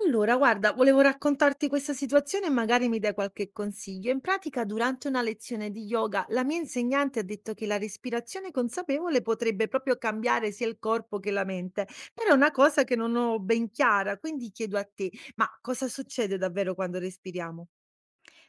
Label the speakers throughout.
Speaker 1: Allora, guarda, volevo raccontarti questa situazione e magari mi dai qualche consiglio. In pratica, durante una lezione di yoga, la mia insegnante ha detto che la respirazione consapevole potrebbe proprio cambiare sia il corpo che la mente, però è una cosa che non ho ben chiara, quindi chiedo a te, ma cosa succede davvero quando respiriamo?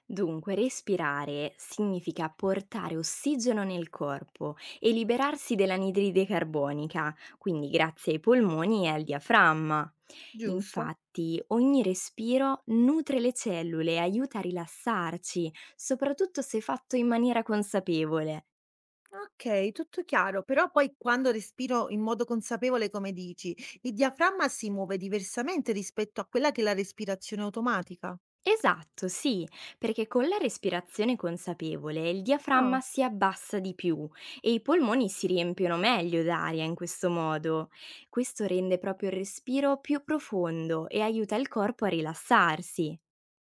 Speaker 2: Dunque, respirare significa portare ossigeno nel corpo e liberarsi dell'anidride carbonica, quindi grazie ai polmoni e al diaframma.
Speaker 1: Giusto?
Speaker 2: Infatti, ogni respiro nutre le cellule e aiuta a rilassarci, soprattutto se fatto in maniera consapevole.
Speaker 1: Ok, tutto chiaro, però poi quando respiro in modo consapevole, come dici, il diaframma si muove diversamente rispetto a quella che è la respirazione automatica.
Speaker 2: Esatto, sì, perché con la respirazione consapevole il diaframma si abbassa di più e i polmoni si riempiono meglio d'aria in questo modo. Questo rende proprio il respiro più profondo e aiuta il corpo a rilassarsi.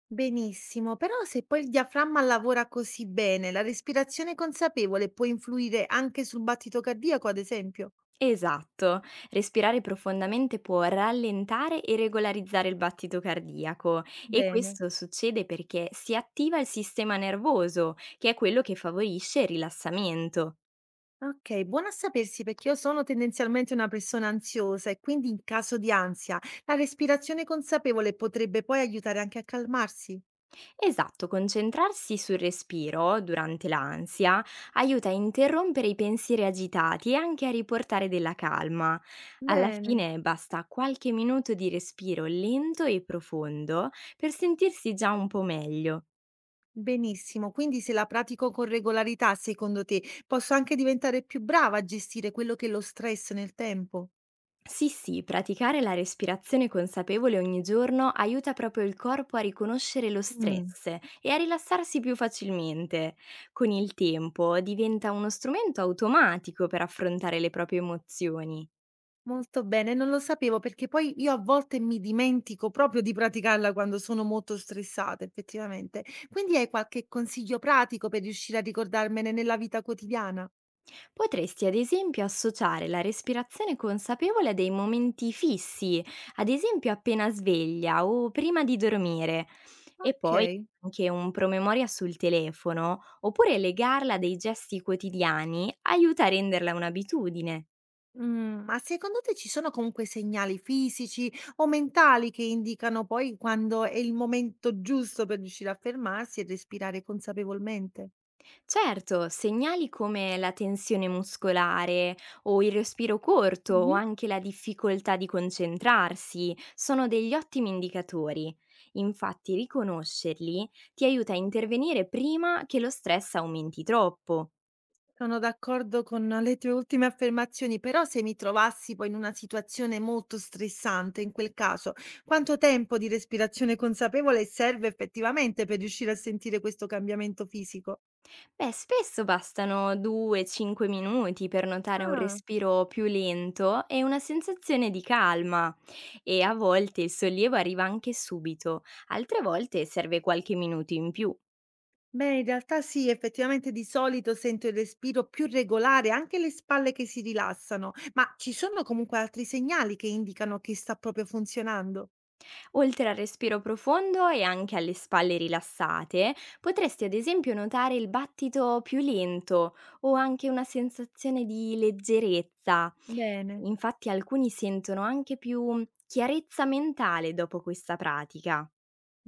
Speaker 1: Benissimo, però se poi il diaframma lavora così bene, la respirazione consapevole può influire anche sul battito cardiaco, ad esempio?
Speaker 2: Esatto, respirare profondamente può rallentare e regolarizzare il battito cardiaco e
Speaker 1: Bene.
Speaker 2: questo succede perché si attiva il sistema nervoso, che è quello che favorisce il rilassamento.
Speaker 1: Ok, buono a sapersi perché io sono tendenzialmente una persona ansiosa e quindi in caso di ansia la respirazione consapevole potrebbe poi aiutare anche a calmarsi.
Speaker 2: Esatto, concentrarsi sul respiro durante l'ansia aiuta a interrompere i pensieri agitati e anche a riportare della calma. Alla
Speaker 1: Bene.
Speaker 2: fine basta qualche minuto di respiro lento e profondo per sentirsi già un po' meglio.
Speaker 1: Benissimo, quindi se la pratico con regolarità, secondo te, posso anche diventare più brava a gestire quello che è lo stress nel tempo?
Speaker 2: Sì, sì, praticare la respirazione consapevole ogni giorno aiuta proprio il corpo a riconoscere lo
Speaker 1: Mm.
Speaker 2: stress e a rilassarsi più facilmente. Con il tempo diventa uno strumento automatico per affrontare le proprie emozioni.
Speaker 1: Molto bene, non lo sapevo perché poi io a volte mi dimentico proprio di praticarla quando sono molto stressata, effettivamente. Quindi hai qualche consiglio pratico per riuscire a ricordarmene nella vita quotidiana?
Speaker 2: Potresti ad esempio associare la respirazione consapevole a dei momenti fissi, ad esempio appena sveglia o prima di dormire, e poi
Speaker 1: Ok.
Speaker 2: anche un promemoria sul telefono, oppure legarla a dei gesti quotidiani aiuta a renderla un'abitudine.
Speaker 1: Mm, ma secondo te ci sono comunque segnali fisici o mentali che indicano poi quando è il momento giusto per riuscire a fermarsi e respirare consapevolmente?
Speaker 2: Certo, segnali come la tensione muscolare o il respiro corto o anche la difficoltà di concentrarsi sono degli ottimi indicatori. Infatti riconoscerli ti aiuta a intervenire prima che lo stress aumenti troppo.
Speaker 1: Sono d'accordo con le tue ultime affermazioni, però se mi trovassi poi in una situazione molto stressante, in quel caso, quanto tempo di respirazione consapevole serve effettivamente per riuscire a sentire questo cambiamento fisico?
Speaker 2: Beh, spesso bastano 2-5 minuti per notare un
Speaker 1: Ah,
Speaker 2: respiro più lento e una sensazione di calma e a volte il sollievo arriva anche subito, altre volte serve qualche minuto in più.
Speaker 1: beh, in realtà sì, effettivamente di solito sento il respiro più regolare, anche le spalle che si rilassano, ma ci sono comunque altri segnali che indicano che sta proprio funzionando?
Speaker 2: Oltre al respiro profondo e anche alle spalle rilassate, potresti ad esempio notare il battito più lento o anche una sensazione di leggerezza.
Speaker 1: Bene.
Speaker 2: Infatti alcuni sentono anche più chiarezza mentale dopo questa pratica.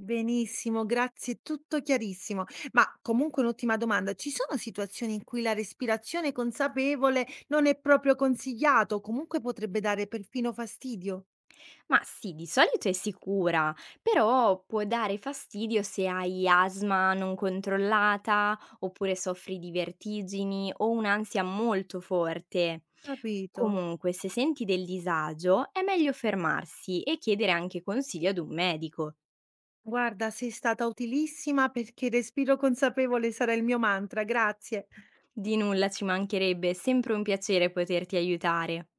Speaker 1: Benissimo, grazie, tutto chiarissimo. Ma comunque un'ultima domanda, ci sono situazioni in cui la respirazione consapevole non è proprio consigliato, comunque potrebbe dare perfino fastidio?
Speaker 2: Ma sì, di solito è sicura, però può dare fastidio se hai asma non controllata oppure soffri di vertigini o un'ansia molto forte.
Speaker 1: Capito.
Speaker 2: Comunque, se senti del disagio, è meglio fermarsi e chiedere anche consigli ad un medico.
Speaker 1: Guarda, sei stata utilissima perché il respiro consapevole sarà il mio mantra, grazie.
Speaker 2: Di nulla ci mancherebbe, è sempre un piacere poterti aiutare.